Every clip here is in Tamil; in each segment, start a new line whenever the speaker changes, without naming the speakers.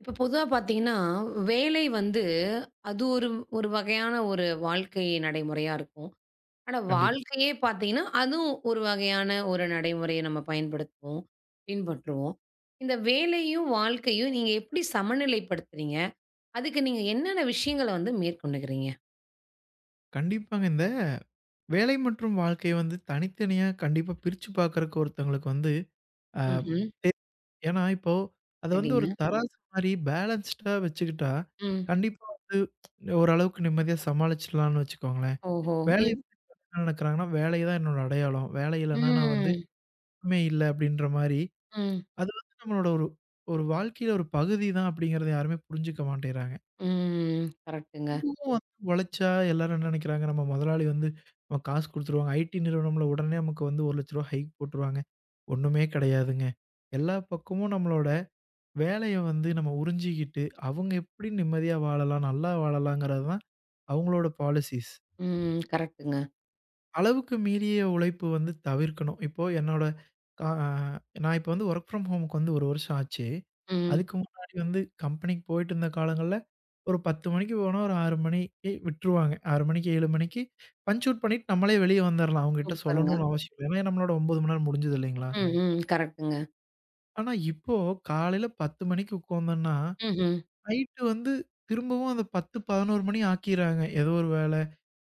இப்ப பொதுவா பார்த்தீங்கன்னா, வேலை வந்து அது ஒரு ஒரு வகையான ஒரு வாழ்க்கை நடைமுறையா இருக்கும். ஆனா,
கண்டிப்பா.
வாழ்க்கையே பார்த்தீங்கன்னா, அதுவும் ஒரு வகையான ஒரு நடைமுறைய நம்ம பயன்படுத்துவோம், பின்பற்றுவோம். இந்த வேலையும், வாழ்க்கையும் நீங்க எப்படி சமநிலைப்படுத்துறீங்க? அதுக்கு நீங்க என்னென்ன விஷயங்கள வந்து மேற்கொண்டுக்கிறீங்க?
கண்டிப்பாங்க. இந்த வேலை மற்றும் வாழ்க்கை வந்து தனித்தனியா கண்டிப்பா பிரிச்சு பார்க்கறக்கு ஒருத்தவங்களுக்கு வந்து அ
ம்ஹ்ம்.
ஏன்னா இப்போ அத வந்து ஒரு
சரிங்க.
தராசு மாரி பேலன்ஸ்டா வச்சுக்கிட்டா,
ம்.
கண்டிப்பா வந்து ஓரளவுக்கு நிம்மதியா சமாளிச்சுடலாம்னு வச்சுக்கோங்களேன்.
ஓஹோ!
வேலை
எப்
நினைக்கிறாங்கன்னா, வேலை தான் என்னோட அடையாளம். வேலை இல்லன்னா நான் வந்து
ம்.
எதுவுமே இல்ல அப்படின்ற மாரி,
ம்.
அது வந்து நம்மளோட ஒரு ஒரு வாழ்க்கையில ஒரு பகுதி தான் அப்படிங்கிறத யாருமே புரிஞ்சுக்க மாட்டேங்கிறாங்க.
ம். கரெக்ட்டுங்க.
இதுவும் வந்து உழைச்சா எல்லாரும் என்ன நினைக்கிறாங்க, நம்ம முதலாளி வந்து நமக்கு காசு குடுத்துருவாங்க. ஐடி நிறுவனம்ல உடனே நமக்கு வந்து ரூ. 1,00,000 ஹைக் போட்டுருவாங்க. ஒண்ணுமே கிடையாதுங்க. எல்லா பக்கமும் நம்மளோட வேலைய வந்து நம்ம உறிஞ்சிக்கிட்டு, அவங்க எப்படி நிம்மதியா வாழலாம், நல்லா வாழலாங்கிறது தான் அவங்களோட பாலிசிஸ்.
ம். கரெக்ட்டுங்க.
அளவுக்கு மீறிய உழைப்பு வந்து தவிர்க்கணும். இப்போ என்னோட கா நான் இப்போ வந்து வொர்க் ஃப்ரம் ஹோமுக்கு வந்து 1 வருஷம் ஆச்சு.
ம்.
அதுக்கு முன்னாடி வந்து கம்பெனிக்கு போயிட்டு இருந்த காலங்கள்ல ஒரு 10:00 மணிக்கு போனா ஒரு 6:00 மணிக்கு விட்டுருவாங்க. 6:00 மணிக்கு 7:00 மணிக்கு பஞ்ச் அவுட் பண்ணிட்டு நம்மளே வெளிய வந்துரலாம். அவங்ககிட்ட
சூப்பருங்க.
சொல்லணும்னு அவசியம் இல்ல. ஏன்னா நம்மளோட 9 மணி நேரம் முடிஞ்சது இல்லைங்களா?
ம். ம். கரெக்ட்டுங்க.
ஆனா இப்போ காலையில 10:00 மணிக்கு உட்கார்ந்தோம்னா,
ம்ஹ்ம்.
நைட்டு வந்து திரும்பவும் அந்த 10, 11 மணி ஆக்கிர்றாங்க. ஏதோ ஒரு வேல,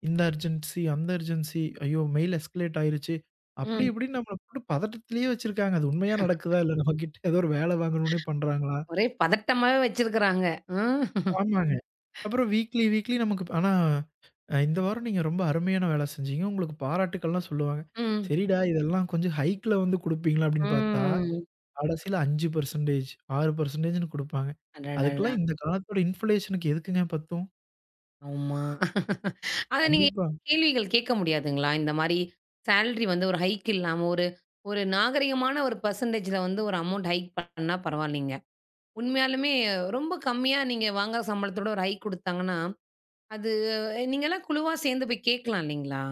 இந்த அர்ஜென்சி, அந்த அர்ஜென்சி, ஐயோ! மெயில் எஸ்கலேட் ஆயிருச்சு. அப்படி
ம்.
இப்படின்னு நம்மள போட்டு பதட்டத்திலேயே வச்சிருக்காங்க. அது உண்மையா நடக்குதா? இல்ல நம்மகிட்ட ஏதோ ஒரு வேல வாங்கணும்னே பண்றாங்களா?
ஒரே பதட்டமாவே வச்சிருக்கிறாங்க. ம்.
ஆமாங்க. அப்புறம் வீக்லி, வீக்லி நமக்கு ஆனா இந்த வாரம் நீங்க ரொம்ப அருமையான வேலை செஞ்சீங்க. உங்களுக்கு பாராட்டுக்கள்லாம் சொல்லுவாங்க.
ம்.
சரிடா இதெல்லாம் கொஞ்சம் ஹைக்ல வந்து குடுப்பீங்களா அப்படின்னு பார்த்தா,
ம்.
கடைசியில 5% 6%ன்னு குடுப்பாங்க.
அடடடா!
அதுக்கெல்லாம் இந்த காலத்தோட இன்ஃப்ளேஷனுக்கு எதுக்குங்க பத்தும்?
ஆமா. அத நீங்க
கண்டிப்பா.
கேள்விகள் கேட்க முடியாதுங்களா? இந்த மாரி சேலரி வந்து ஒரு ஹைக் இல்லாம, ஒரு ஒரு நாகரிகமான ஒரு பெர்சன்டேஜ்ல வந்து ஒரு அமௌண்ட் ஹைக் பண்ணா பரவாயில்லைங்க. உண்மையாலுமே ரொம்ப கம்மியா நீங்க வாங்குற சம்பளத்தோட ஒரு ஹைக் குடுத்தாங்கன்னா, அது நீங்கலாம் குழுவா சேர்ந்து போய் கேட்கலாம் இல்லைங்களா?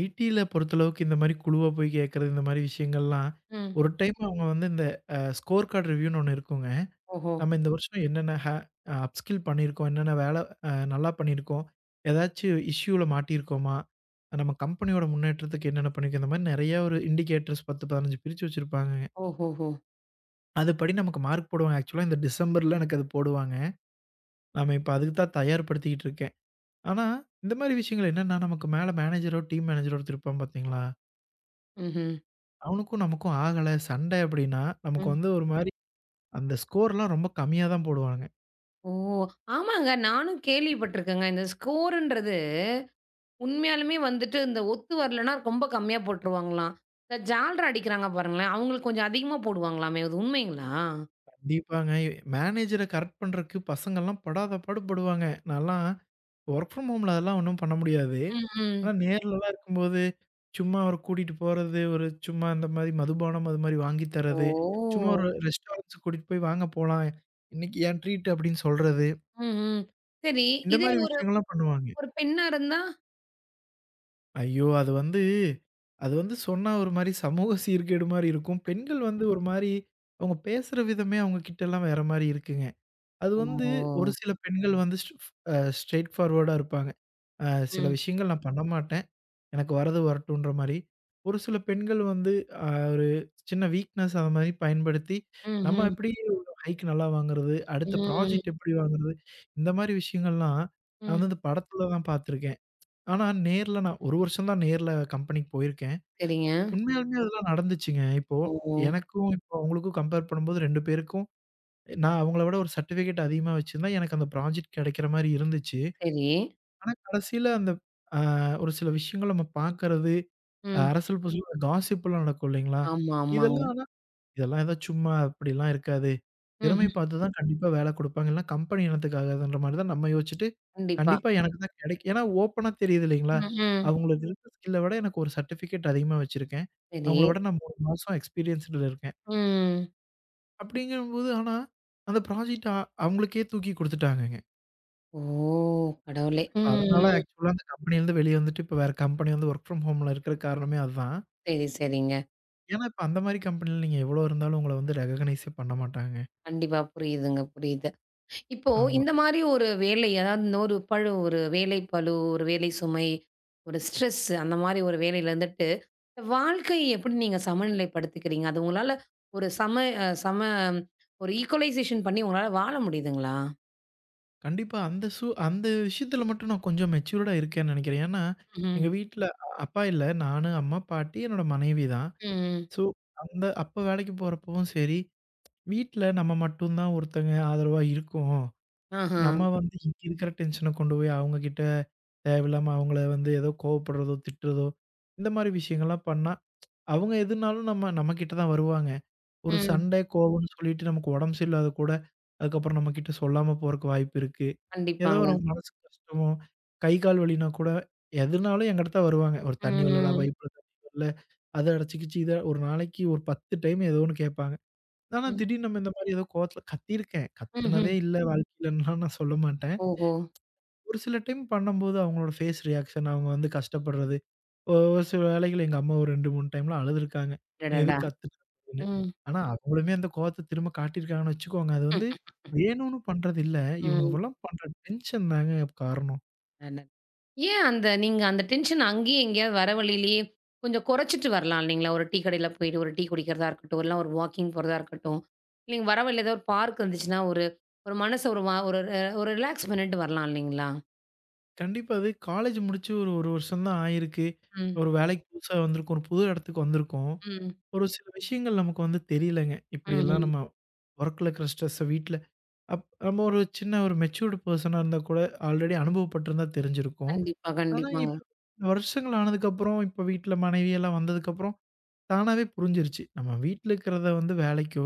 ஐடில பொறுத்தளவுக்கு இந்த மாரி குழுவா போய் கேட்கறது, இந்த மாரி விஷயங்கள்லாம்
ம்.
ஒரு டைம் அவங்க வந்து இந்த ஸ்கோர் கார்ட் ரிவ்யூன்னு ஒண்ணு இருக்குங்க.
ஓஹோ!
நம்ம இந்த வருஷம் என்னென்ன ஹே அ அப்ஸ்கில் பண்ணியிருக்கோம்? என்னென்ன வேலை நல்லா பண்ணியிருக்கோம்? ஏதாச்சும் இஷ்யூல மாட்டியிருக்கோமா? நம்ம கம்பெனியோட முன்னேற்றத்துக்கு என்னென்ன பண்ணியிருக்கோம்? இந்த மாரி நெறையா ஒரு இண்டிகேட்டர்ஸ் 10, 15 பிரிச்சு வச்சிருப்பாங்கங்க.
ஓஹோஹோ!
அதுபடி நமக்கு மார்க் போடுவாங்க. ஆக்சுவலா இந்த டிசம்பர்ல எனக்கு அது போடுவாங்க. நம்ம இப்ப அதுக்கு தான் தயார்படுத்திக்கிட்டு இருக்கேன். ஆனா, இந்த மாரி விஷயங்கள் என்னன்னா, நமக்கு மேல மேனேஜரோ, டீம் மேனேஜரோ ஒருத்தர் இருப்பான் பார்த்தீங்களா?
ம்ஹ்ம்.
அவனுக்கும் நமக்கும் ஆகல, சண்டை அப்படின்னா, நமக்கு
ம்.
வந்து ஒரு மாரி அந்த ஸ்கோர்லாம் ரொம்ப கம்மியா தான் போடுவானுங்க.
ஓ! ஆமாங்க. நானும் கேள்விப்பட்டுருக்கேங்க. இந்த ஸ்கோர்ன்றது உண்மையாலுமே வந்துட்டு இந்த ஒத்து வரலன்னா ரொம்ப கம்மியா போட்டுருவாங்களாம். இந்த ஜால்ரா அடிக்கிறாங்க பாருங்களேன், அவங்களுக்கு கொஞ்சம் அதிகமா போடுவாங்களாமே! அது உண்மைங்களா?
கண்டிப்பாங்க. மேனேஜர கரெக்ட் பண்றக்கு பசங்கள்லாம் படாத பாடு படுவாங்க. நான்லாம் வொர்க் ஃப்ரம் ஹோம்ல அதெல்லாம் ஒண்ணும் பண்ண முடியாது.
ம்,
ஆனா
ம்.
நேர்லலாம் இருக்கும்போது, சும்மா அவர கூட்டிட்டு போறது, ஒரு சும்மா இந்த மாரி மதுபானம் அது மாரி வாங்கி
ஓ!
தர்றது, சும்மா ஒரு ரெஸ்டாரண்ட்ஸ் கூட்டிட்டு போய் வாங்க போலாம். இன்னைக்கு என் ட்ரீட் அப்படின்னு சொல்றது.
ம், ம். சரி.
இந்த
இதே
மாரி
ஒரு
விஷயங்கள்லாம் பண்ணுவாங்க.
ஒரு பெண்ணா இருந்தா?
ஐயோ! அது வந்து அது வந்து சொன்னா ஒரு மாரி சமூக சீர்கேடு மாரி இருக்கும். பெண்கள் வந்து ஒரு மாரி அவங்க பேசுற விதமே அவங்க கிட்டலாம் வேற மாரி இருக்குங்க. அது வந்து ஒரு
ஓ!
சில பெண்கள் வந்து ஸ் அ ஸ்ட்ரெய்ட் ஃபார்வர்டா இருப்பாங்க. அ சில
ம்,
விஷயங்கள் நான் பண்ண மாட்டேன். எனக்கு வரது வரட்டும்ன்ற மாரி. ஒரு சில பெண்கள் வந்து அ ஒரு சின்ன வீக்னஸ் அது மாரி பயன்படுத்தி,
ம்,
நம்ம
ம்,
எப்படி ஒரு ஹைக் நல்லா வாங்குறது, அடுத்த
ம்,
ப்ராஜெக்ட் எப்படி வாங்குறது, இந்த மாரி விஷயங்கள்லாம் நான்
ம்.
வந்து இந்த படத்துல தான் பார்த்துருக்கேன். ஆனா நேர்ல நான் 1 வருஷம் தான் நேர்ல கம்பெனிக்கு போயிருக்கேன்.
சரிங்க.
உண்மையாலுமே அதெல்லாம் நடந்துச்சுங்க. இப்போ
ஓ!
எனக்கும் இப்போ அவங்களுக்கும் கம்பேர் பண்ணும்போது 2 பேருக்கும் நான் அவங்கள விட ஒரு சர்டிஃபிகேட் அதிகமா வச்சிருந்தா, எனக்கு அந்த ப்ராஜெக்ட் கிடைக்கிற மாரி இருந்துச்சு.
சரி.
ஆனா கடைசியில அந்த அ ஒரு சில விஷயங்கள் நம்ம பார்க்கறது,
ம்.
அரசல் புசல் காசிப்லாம் நடக்கும் இல்லைங்களா?
ஆமா, ஆமாங்க.
இதெல்லாம் ஆனா இதெல்லாம் ஏதோ சும்மா அப்படிலாம் இருக்காது. திறமை
ம்ஹ்ம்.
பார்த்து தான் கண்டிப்பா வேலை குடுப்பாங்க. இல்லனா கம்பெனி இனத்துக்காகாதுன்ற மாரி தான் நம்ம யோசிச்சுட்டு,
கண்டிப்பா.
கண்டிப்பா எனக்கு தான் கிடைக்கும். ஏன்னா ஓப்பனா தெரியுது இல்லைங்களா?
ம், ம்.
அவங்களுக்கு இருக்க ஸ்கில்ல விட எனக்கு ஒரு சர்டிஃபிகேட் அதிகமா வச்சிருக்கேன்.
சரி.
அவங்கள விட நான் 3 மாசம் எக்ஸ்பீரியன்ஸ்டுல இருக்கேன்.
ம்.
அப்படிங்கும்போது ஆனா, அந்த ப்ராஜெக்ட் அவங்களுக்கே தூக்கி குடுத்துட்டாங்க.
ஓ! கடவுளே!
இப்ப
ம்,
அதனால
ம்.
ஆக்சுவலா அந்த கம்பெனிலருந்து வெளிய வந்துட்டு, இப்ப வேற கம்பெனி வந்து வொர்க் ஃப்ரம் ஹோம்ல இருக்கிற காரணமே அதுதான்.
சரி, சரிங்க.
ஏன்னா, இப்ப அந்த மாரி கம்பெனில நீங்க எவ்வளோ இருந்தாலும் உங்கள வந்து ரெகக்னைஸே பண்ண மாட்டாங்க.
கண்டிப்பா புரியுதுங்க, புரியுது. இப்போ
ஆமா.
இந்த மாரி ஒரு வேலை, அதாவது இந்த ஒரு வேலை பளு, ஒரு வேலை சுமை, ஒரு ஸ்ட்ரெஸ் அந்த மாரி ஒரு வேலையில இருந்துட்டு, வாழ்க்கையை எப்படி நீங்க சமநிலைப்படுத்திக்கிறீங்க? அது உங்களால ஒரு சம அ சம ஒரு ஈக்குவலைசேஷன் பண்ணி உங்களால வாழ முடியுதுங்களா?
கண்டிப்பா அந்த அந்த விஷயத்துல மட்டும் நான் கொஞ்சம் மெச்சூர்டா இருக்கேன்னு நெனைக்கிறேன். ஏன்னா,
ம்ஹ்ம்.
எங்க வீட்ல அப்பா இல்ல. நானு, அம்மா, பாட்டி, என்னோட மனைவி தான்.
ம்.
ஸோ, அந்த அப்ப வேலைக்கு போறப்பவும் சரி, வீட்ல நம்ம மட்டும் தான் ஒருத்தங்க ஆதரவா இருக்கோம்.
ஆஹா.
நம்ம வந்து இங்க இருக்கிற டென்ஷன கொண்டு போய் அவங்க கிட்ட தேவையில்லாம அவங்கள வந்து ஏதோ கோவப்படுறதோ, திட்டுறதோ இந்த மாரி விஷயங்கள்லாம் பண்ணா, அவங்க எதுனாலும் நம்ம நம்ம கிட்ட தான் வருவாங்க. ஒரு
ம்.
சண்டை, கோவம்னு சொல்லிட்டு நமக்கு உடம்பு சரியில்லாத கூட, அதுக்கப்புறம் நம்ம கிட்ட சொல்லாம போறக்கு வாய்ப்பு இருக்கு. ஏதோ ஒரு
கண்டிப்பாங்க.
மனசு கஷ்டமோ, கை, கால் வலினா கூட எதுனாலும் என்கிட்ட தான் வருவாங்க. ஒரு தண்ணி வரலடா,
ம்.
பைப்ல தண்ணி வரல. அத அடைச்சுக்கிச்சு, இத ஒரு நாளைக்கு ஒரு 10 டைம் ஏதோ ஒண்ணு கேட்பாங்க. ஆனா
ம்.
திடீர்னு நம்ம இந்த மாரி ஏதோ கோவத்துல கத்தியிருக்கேன்.
ம்ஹ்ம்.
கத்துனதே இல்ல வாழ்க்கையிலன்லாம் நான் சொல்ல மாட்டேன்.
ஓஹோ!
ஒரு சில டைம் பண்ணும்போது அவங்களோட ஃபேஸ் ரியாக்ஷன் அவங்க வந்து கஷ்டப்படுறது. ஒரு சில வேளைகள் எங்க அம்மா ஒரு 2, 3 டைம்லாம் அழுதுருக்காங்க.
அடடடா!
எதுக்கு கத்துன அப்டின்னு.
ம்.
ஆனா அவங்களுமே அந்த கோவத்த திரும்ப காட்டியிருக்காங்கன்னு வச்சுக்கோங்க. அது
ம்.
வந்து வேணும்னு பண்றது இல்ல. இவனுங்கலாம் பண்ற டென்ஷன் தாங்க காரணம்.
ம். ஏன் நீங்க அந்த டென்ஷன் அங்கேயே எங்கேயாவது வர வழியிலேயே கொஞ்சம் குறைச்சிட்டு வரலாம் இல்லைங்களா? ஒரு டீ கடையில போயிட்டு ஒரு டீ குடிக்கிறதா இருக்கட்டும், இல்ல ஒரு வாக்கிங் போறதா இருக்கட்டும். இல்லைங்க வர வழியில ஏதாவது ஒரு பார்க் இருந்துச்சுன்னா, ஒரு ஒரு மனச ஒரு வா ஒரு அ ஒரு ரிலாக்ஸ் பண்ணிட்டு வரலாம் இல்லைங்களா?
கண்டிப்பா அது காலேஜ் முடிச்சு ஒரு 1 வருஷம் தான் ஆயிருக்கு.
ம்,
ஒரு வேலைக்கு புதுசா வந்திருக்கோம். ஒரு புது இடத்துக்கு வந்திருக்கோம்.
ம்,
ஒரு சில விஷயங்கள் நமக்கு வந்து தெரியலங்க. இப்படியெல்லாம்
ம்ஹ்ம்.
நம்ம ஒர்க்ல இருக்கிற ஸ்ட்ரெஸ்ஸ வீட்ல நம்ம ஒரு சின்ன ஒரு மெச்சூர்டு பெர்சனா இருந்தா கூட, ஆல்ரெடி அனுபவப்பட்டிருந்தா தெரிஞ்சிருக்கும்.
கண்டிப்பா,
ஆனா
கண்டிப்பாங்க.
இப்ப வருஷங்கள் ஆனதுக்கப்புறம், இப்ப வீட்ல மனைவி எல்லாம் வந்ததுக்கப்புறம், தானாவே புரிஞ்சிருச்சு. நம்ம வீட்ல இருக்கிறத வந்து வேலைக்கோ,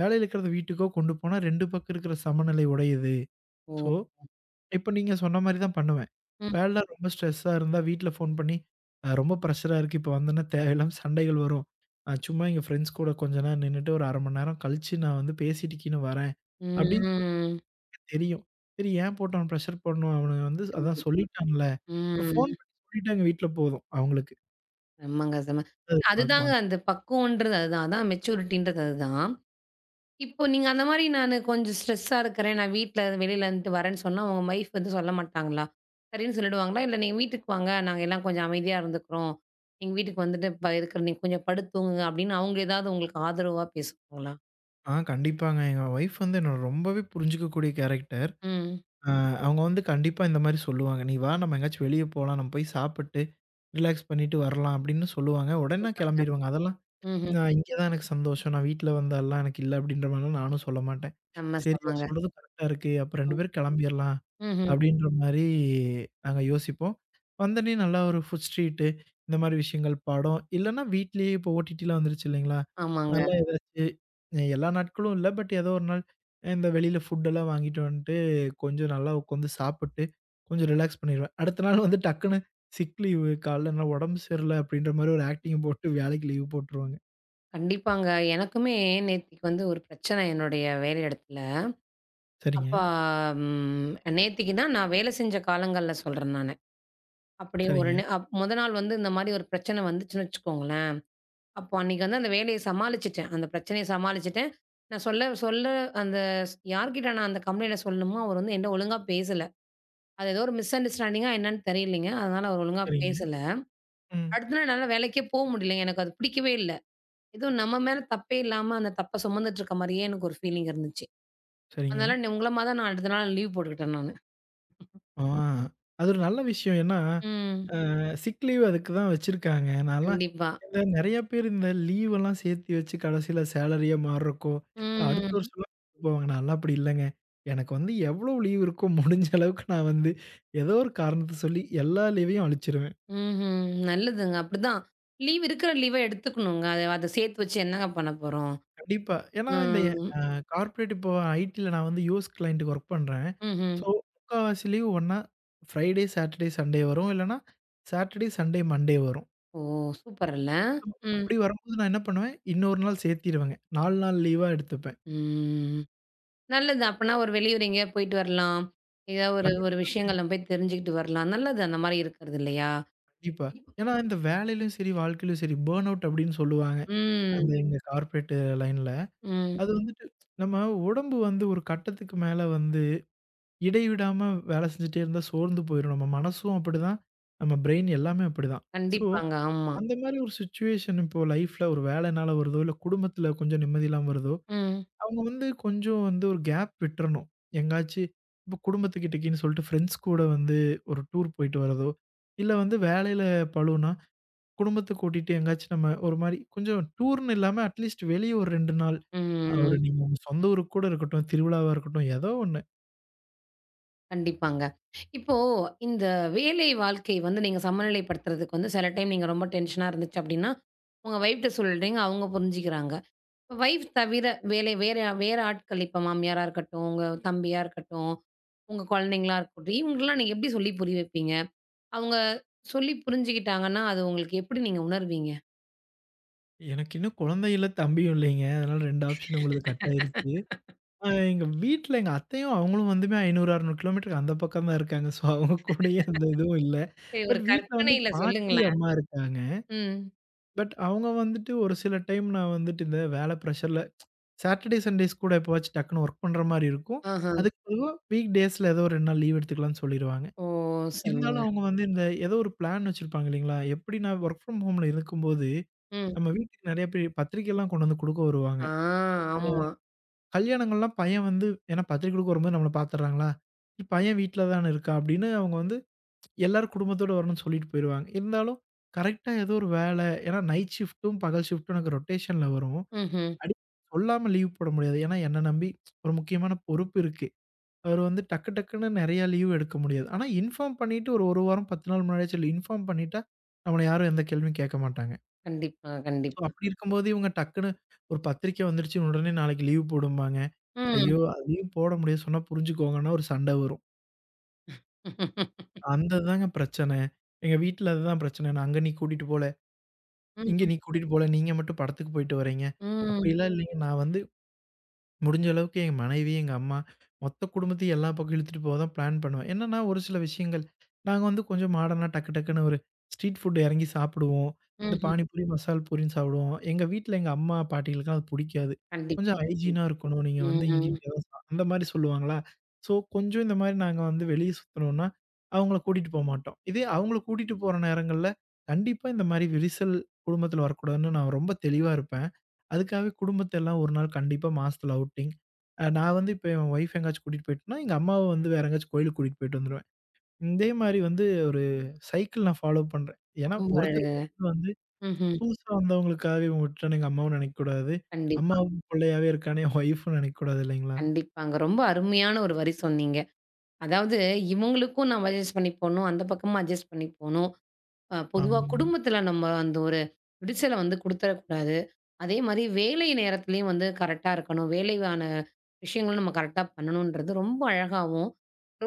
வேலையில இருக்கிறத வீட்டுக்கோ கொண்டு போனா 2 பக்கம் இருக்கிற சமநிலை உடையுது. ஸோ,
ஓ!
இப்ப நீங்க சொன்ன மாரி தான் பண்ணுவேன்.
ம்,
வேலை ரொம்ப ஸ்ட்ரெஸ்ஸா இருந்தா வீட்ல ஃபோன் பண்ணி, ரொம்ப பிரஷரா இருக்கு. இப்ப வந்தேன்னா தேவையில்லாம சண்டைகள் வரும். நான் சும்மா எங்க ஃப்ரெண்ட்ஸ் கூட கொஞ்ச நேரம் நின்னுட்டு, ஒரு 1/2 மணி நேரம் கழிச்சு நான் வந்து பேசிட்டு கீன்னு வரேன்" அப்படின்னு
ம்.
தெரியும். சரி ஏன் போட்டு அவன ப்ரஷர் பண்ணணும்? அவன வந்து அதான்
கண்டிப்
சொல்லிட்டான்ல. ஒரு
ம்.
ஃபோன் பண்ணி சொல்லிட்டாங்க வீட்ல போதும் அவங்களுக்கு.
செம்மங்க செம.
அது
அதுதாங்க
பார்ப்பாங்க.
அந்த பக்குவன்றது அதுதான். அதான் மெச்சூரிட்டின்றது அதுதான். இப்போ நீங்க அந்த மாரி நானு கொஞ்சம் ஸ்ட்ரெஸ்ஸா இருக்கிறேன். நான் வீட்ல வெளியில இருந்துட்டு வரேன்னு சொன்னா, உங்க வைஃப் வந்து சொல்ல மாட்டாங்களா? சரின்னு சொல்லிடுவாங்களா? இல்ல நீங்க வீட்டுக்கு வாங்க, நாங்க எல்லாம் கொஞ்சம் அமைதியா இருந்துக்கிறோம். எங்க வீட்டுக்கு வந்துட்டு இப்ப இருக்கிற நீங்க கொஞ்சம் படுத்து தூங்குங்க அப்படின்னு அவங்க ஏதாவது உங்களுக்கு ஆதரவா பேசுவாங்களா?
கண்டிப்பாங்க. எங்க ஒய்ஃப் வந்து என்ன ரொம்பவே புரிஞ்சுக்கக்கூடிய கேரக்டர்.
ம்.
அ அவங்க வந்து கண்டிப்பா இந்த மாரி சொல்லுவாங்க. "நீ வா நம்ம எங்கேயாச்சும் வெளிய போலாம். நம்ம போய் சாப்பிட்டு, ரிலாக்ஸ் பண்ணிட்டு வரலாம்." அப்படின்னு சொல்லுவாங்க. உடனே
சூப்பருங்க.
கிளம்பிருவாங்க. அதெல்லாம்
ம்ஹ்ம்.
நான் இங்க தான் எனக்கு சந்தோஷம். நான் வீட்ல வந்து அதெல்லாம் எனக்கு இல்ல அப்படின்ற மாரிலாம் நானும் சொல்ல மாட்டேன்.
செம்ம,
சரி அவ
செம்மங்க.
சொல்றதும் கரெக்ட்டா இருக்கு. அப்ப 2
ம்.
பேரும் கிளம்பிரலாம்.
ம்ஹ்ம்.
அப்படின்ற மாரி நாங்க யோசிப்போம். வந்தோனே நல்லா ஒரு ஃபுட் ஸ்ட்ரீட்டு இந்த மாரி விஷயங்கள் படம், இல்லன்னா வீட்லயே இப்போ ஓடிடிலாம் வந்துருச்சு இல்லைங்களா? நல்லா
ஆமாங்க.
ஏதாச்சு எல்லா நாட்களும் இல்ல. பட் ஏதோ ஒரு நாள் இந்த வெளியில ஃபுட்டெல்லாம் வாங்கிட்டு வந்துட்டு கொஞ்சம் நல்லா உட்காந்து சாப்பிட்டு, கொஞ்சம் ரிலாக்ஸ் பண்ணிருவேன். அடுத்த நாள் வந்து டக்குனு சிக் லீவு காலைல என்னால உடம்பு சரியில்ல அப்படின்ற மாரி ஒரு ஆக்டிங் போட்டு வேலைக்கு லீவ் போட்டுருவாங்க.
கண்டிப்பாங்க. எனக்குமே நேத்திக்கு வந்து ஒரு பிரச்சனை என்னுடைய வேலை இடத்துல.
சரிங்க,
அப்ப ம் நேத்திக்கு தான் நான் வேலை செஞ்ச காலங்கள்ல சொல்றேன் நானு. அப்படியே ஒரு
சரிங்க,
ந அப் மொத நாள் வந்து இந்த மாரி ஒரு பிரச்சனை வந்துச்சுன்னு வச்சுக்கோங்களேன். அப்போ அன்னைக்கு வந்து அந்த வேலைய சமாளிச்சுட்டேன். அந்த பிரச்சனைய சமாளிச்சுட்டேன். நான் சொல்ல சொல்ல அந்த யார்கிட்ட நான் அந்த கம்ப்ளைண்ட்ட சொல்லணுமோ, அவர் வந்து என்ட்ட ஒழுங்கா பேசல. அது ஏதோ ஒரு மிஸ் அண்டர்ஸ்டாண்டிங்கா என்னன்னு தெரியலைங்க. அதனால அவர் ஒழுங்கா
சரிங்க.
பேசல.
ம்.
அடுத்த நாள் என்னால வேலைக்கே முடியலங்க. எனக்கு அது பிடிக்கவே இல்ல. ஏதோ நம்ம மேல தப்பே இல்லாம அந்த தப்ப சுமந்துட்டு இருக்க மாரியே எனக்கு ஒரு ஃபீலிங் இருந்துச்சு.
சரிங்க.
அதனால உங்கள மாரி தான் நான் அடுத்த நாள் லீவ் போட்டுக்கிட்டேன் நானு.
ஆ அது ஒரு நல்ல விஷயம். ஏன்னா
ம்.
சிக் லீவ் அதுக்கு தான் வச்சிருக்காங்க. நான்லாம்
கண்டிப்பா.
இந்த நெறைய பேர் இந்த லீவ் எல்லாம் சேர்த்து வச்சு கடைசியில சேலரியா மாறுறக்கோ, அடுத்த
ம்.
வருஷம்லாம் போவாங்க. நான்லாம் அப்படி இல்லங்க. எனக்கு வந்து எவ்வளோ லீவ் இருக்கோ முடிஞ்ச அளவுக்கு நான் வந்து ஏதோ ஒரு காரணத்த சொல்லி எல்லா லீவையும் அழிச்சிருவேன்.
ம்ஹ்ம். நல்லதுங்க. அப்படிதான். லீவ் இருக்கிற லீவ எடுத்துக்கணுங்க. அத அத சேர்த்து வச்சு என்னங்க பண்ண போறோம்?
கண்டிப்பா. ஏன்னா இந்த
ம்.
அ கார்ப்பரேட் இப்போ ஐடில நான் வந்து யுஎஸ் கிளையன்ட்க்கு ஒர்க் பண்றேன்.
ம்ஹ்ம்.
ஸோ முக்காவாசி லீவ் ஒண்ணா ஃப்ரைடே, சாட்டர்டே, சண்டே வரும். இல்லன்னா சாட்டர்டே, சண்டே, மண்டே வரும்.
ஓ! சூப்பர் இல்ல?
ஸோ
ம்.
அப்படி வரும்போது நான் என்ன பண்ணுவேன், இன்னொரு நாள் சேர்த்திருவேங்க. 4 நாள் லீவா எடுத்துப்பேன்.
ம். நல்லது. அப்பன்னா ஒரு வெளியூர் எங்கேயாவது போயிட்டு வரலாம். ஏதாவது ஒரு ஒரு
கண்டிப்பா,
விஷயங்கள் நம்ம போய் தெரிஞ்சுக்கிட்டு வரலாம். நல்லது அந்த மாரி இருக்கிறது இல்லையா?
கண்டிப்பா. ஏன்னா இந்த வேலையிலும் சரி, வாழ்க்கையிலும் சரி, பர்ன் அவுட் அப்படின்னு சொல்லுவாங்க. அந்த
ம்.
எங்க கார்ப்பரேட் லைன்ல.
ம்.
அது வந்துட்டு நம்ம உடம்பு வந்து ஒரு கட்டத்துக்கு மேல வந்து இடைவிடாம வேலை செஞ்சுட்டே இருந்தா சோர்ந்து போயிரும். நம்ம மனசும் அப்படிதான். நம்ம பிரெயின் எல்லாமே அப்படிதான். ஸோ,
கண்டிப்பாங்க. ஆமா.
அந்த மாரி ஒரு சிச்சுவேஷன் இப்போ லைஃப்ல ஒரு வேலைனால வருதோ, இல்ல குடும்பத்தில கொஞ்சம் நிம்மதி இல்லாம வருதோ,
ம்.
அவங்க வந்து கொஞ்சம் வந்து ஒரு கேப் விட்டுறணும். எங்காச்சு இப்போ குடும்பத்துக்கிட்டக்கின்னு சொல்லிட்டு ஃப்ரெண்ட்ஸ் கூட வந்து ஒரு டூர் போயிட்டு வரதோ, இல்ல வந்து வேலையில பளுனா குடும்பத்த கூட்டிட்டு எங்கேயாச்சும் நம்ம ஒரு மாரி கொஞ்சம் டூர்ன்னு இல்லாம அட்லீஸ்ட் வெளிய ஒரு 2 நாள். ஒரு
ம்.
நீங்க உங்க சொந்த ஊருக்கு கூட இருக்கட்டும், திருவிழாவா இருக்கட்டும், ஏதோ ஒண்ணு.
கண்டிப்பாங்க. இப்போ இந்த வேலை வாழ்க்கை வந்து நீங்க சமநிலைப்படுத்துறதுக்கு வந்து சில டைம் நீங்க ரொம்ப டென்ஷனா இருந்துச்சு அப்டின்னா, உங்க வைஃப்ட்ட சொல்றீங்க. அவங்க புரிஞ்சுக்கிறாங்க. வைஃப் தவிர வேலை வேற வேற ஆட்கள் இப்ப மாமியாரா இருக்கட்டும், உங்க தம்பியா இருக்கட்டும், உங்க குழந்தைங்களா இருக்கட்டும், இவங்களுக்குலாம் நீங்க எப்டி சொல்லி புரிய வைப்பீங்க? அவங்க சொல்லி புரிஞ்சுக்கிட்டாங்கன்னா, அது உங்களுக்கு எப்டி நீங்க உணர்வீங்க?
எனக்கு இன்னும் குழந்தை இல்ல, தம்பியும் இல்லைங்க. அதனால 2 ஆப்ஷன் உங்களுது கட் ஆயிருச்சு. எங்க வீட்ல எங்க அத்தையும் அவங்களும் வந்துமே 500, 600 கிலோமீட்டருக்கு அந்த பக்கம் தான் இருக்காங்க. ஸோ அவங்க கூடயே அந்த இதுவும் இல்ல.
சரி ஒரு
பட் வீட்ல வந்து
கற்பனையில
பாட்டி,
சொல்லுங்களேன்.
அம்மா இருக்காங்க.
ம்.
பட் அவங்க வந்துட்டு ஒரு சில டைம் நான் வந்துட்டு இந்த வேல ப்ரெஷர்ல சாட்டர்டே, சண்டேஸ் கூட எப்பவாச்சும் டக்குனு ஒர்க் பண்ற மாரி இருக்கும்.
ஆஹா.
அதுக்கு பொதுவா வீக் டேஸ்ல ஏதோ 2 நாள் லீவ் எடுத்துக்கலாம்னு சொல்லிருவாங்க.
ஓ!
இருந்தாலும்
செம்மங்க.
அவங்க வந்து இந்த ஏதோ ஒரு பிளான் வச்சிருப்பாங்க இல்லைங்களா? எப்படி நான் வொர்க் ஃப்ரம் ஹோம்ல இருக்கும்போது,
ம்.
நம்ம வீட்டுக்கு நெறைய பேர் பத்திரிக்கைலாம் கொண்டு வந்து குடுக்க வருவாங்க.
ஆ ஆமா.
கல்யாணங்கள்லாம் பையன் வந்து ஏன்னா பத்திரிக்கை குடுக்க வரும்போது நம்மள பார்த்துடுறாங்களா? பையன் வீட்ல தான இருக்கான் அப்படின்னு அவங்க வந்து எல்லாரும் குடும்பத்தோட வரணும்னு சொல்லிட்டு போயிருவாங்க. இருந்தாலும் கரெக்ட்டா ஏதோ ஒரு வேலை ஏன்னா நைட் ஷிஃப்ட்டும், பகல் ஷிஃப்ட்டும் எனக்கு ரொட்டேஷன்ல வரும்.
ம்ஹ்ம்.
அடி சொல்லாம லீவ் போட முடியாது. ஏன்னா, என்ன நம்பி ஒரு முக்கியமான பொறுப்பு இருக்கு. அவரு வந்து டக்கு டக்குன்னு நெறைய லீவ் எடுக்க முடியாது. ஆனா, இன்ஃபார்ம் பண்ணிட்டு ஒரு 1 வாரம் 10 நாள் முன்னாடியே சொல்லி இன்ஃபார்ம் பண்ணிட்டா, நம்மள யாரும் எந்த கேள்வியும் கேட்க மாட்டாங்க.
கண்டிப்பா,
ஸோ,
கண்டிப்பா.
அப்படி இருக்கும்போது இவங்க டக்குன்னு ஒரு பத்திரிக்கை வந்துருச்சு, உடனே நாளைக்கு லீவ் போடும்பாங்க.
ம்.
ஐயோ! லீவ் போட முடியாது சொன்னா புரிஞ்சுக்கோங்கன்னா ஒரு சண்டை வரும். அந்த தாங்க பிரச்சனை. எங்க வீட்ல அதுதான் பிரச்சனை. நான் அங்க நீ கூட்டிட்டு போல, இங்க
ம்ஹ்ம்.
நீ கூட்டிட்டு போல, நீங்க மட்டும் படத்துக்கு போயிட்டு வரீங்க.
ம்.
அப்படிலாம் இல்லைங்க. நான் வந்து முடிஞ்ச அளவுக்கு எங்க மனைவி, எங்க அம்மா, மொத்த குடும்பத்தையும் எல்லா பக்கம் இழுத்துட்டு போக தான் பிளான் பண்ணுவேன். என்னன்னா, ஒரு சில விஷயங்கள் நாங்க வந்து கொஞ்சம் மாடர்னா டக்கு டக்குன்னு ஒரு ஸ்ட்ரீட் ஃபுட் இறங்கி சாப்பிடுவோம். இந்த
ம்ஹ்ம்.
பானிபூரி, மசால் பூரின்னு சாப்பிடுவோம். எங்க வீட்ல எங்க அம்மா, பாட்டிகளுக்குலாம் அது புடிக்காது. கொஞ்சம்
கண்டிப்பா.
ஹைஜீனா இருக்கணும். நீங்க வந்து இங்க
ம்.
இங்க தான் அந்த மாரி சொல்லுவாங்களா. ஸோ, கொஞ்சம் இந்த மாரி நாங்க வந்து வெளிய சுத்துனோம்னா, அவங்கள கூட்டிட்டு போமாட்டோம். இதே அவங்கள கூட்டிட்டு போற நேரங்கள்ல, கண்டிப்பா இந்த மாரி விரிசல் குடும்பத்தில வரக்கூடாதுன்னு நான் ரொம்ப தெளிவா இருப்பேன். அதுக்காகவே குடும்பத்த எல்லாம் ஒரு நாள் கண்டிப்பா மாசத்துல அவுட்டிங். நான் வந்து இப்ப என் ஒய்ஃப் எங்கேயாச்சும் கூட்டிட்டு போயிட்டேன்னா, எங்க அம்மாவ வந்து வேற எங்கேயாச்சும் கோயிலுக்கு கூட்டிட்டு போயிட்டு வந்துருவேன். இதே மாரி வந்து ஒரு சைக்கிள் நான் ஃபாலோ பண்றேன். ஏன்னா
ரொம்ப அழகு.
ஒருத்தருக்கு ஒருத்தர் வந்து
ம்ஹ்ம்.
புதுசா வந்தவங்களுக்காகவே இவங்க விட்டுட்டோன்னு எங்க அம்மாவும் நெனைக்கக்கூடாது.
கண்டிப்பா,
அம்மாவும் புள்ளையாவே இருக்கான்னு என் ஒய்ஃபும் நெனைக்கக்கூடாது இல்லைங்களா?
கண்டிப்பாங்க. ரொம்ப அருமையான ஒரு வரி சொன்னீங்க. அதாவது இவங்களுக்கும் நம்ம அட்ஜஸ்ட் பண்ணி போணும். அந்த பக்கமும் அட்ஜஸ்ட் பண்ணி போணும். பொதுவா
ஆமா.
குடும்பத்துல நம்ம அந்த ஒரு விடுச்சல வந்து குடுத்துறக்கூடாது. அதே மாரி வேலை நேரத்துலயும் வந்து கரெக்ட்டா இருக்கணும். வேலைக்கான விஷயங்களும் நம்ம கரெக்ட்டா பண்ணணுன்றது ரொம்ப அழகாவும்,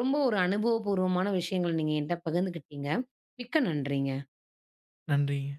ரொம்ப ஒரு அனுபவபூர்வமான விஷயங்கள நீங்க என்ட்ட பகிர்ந்துக்கிட்டீங்க. மிக்க நன்றிங்க.
நன்றிங்க.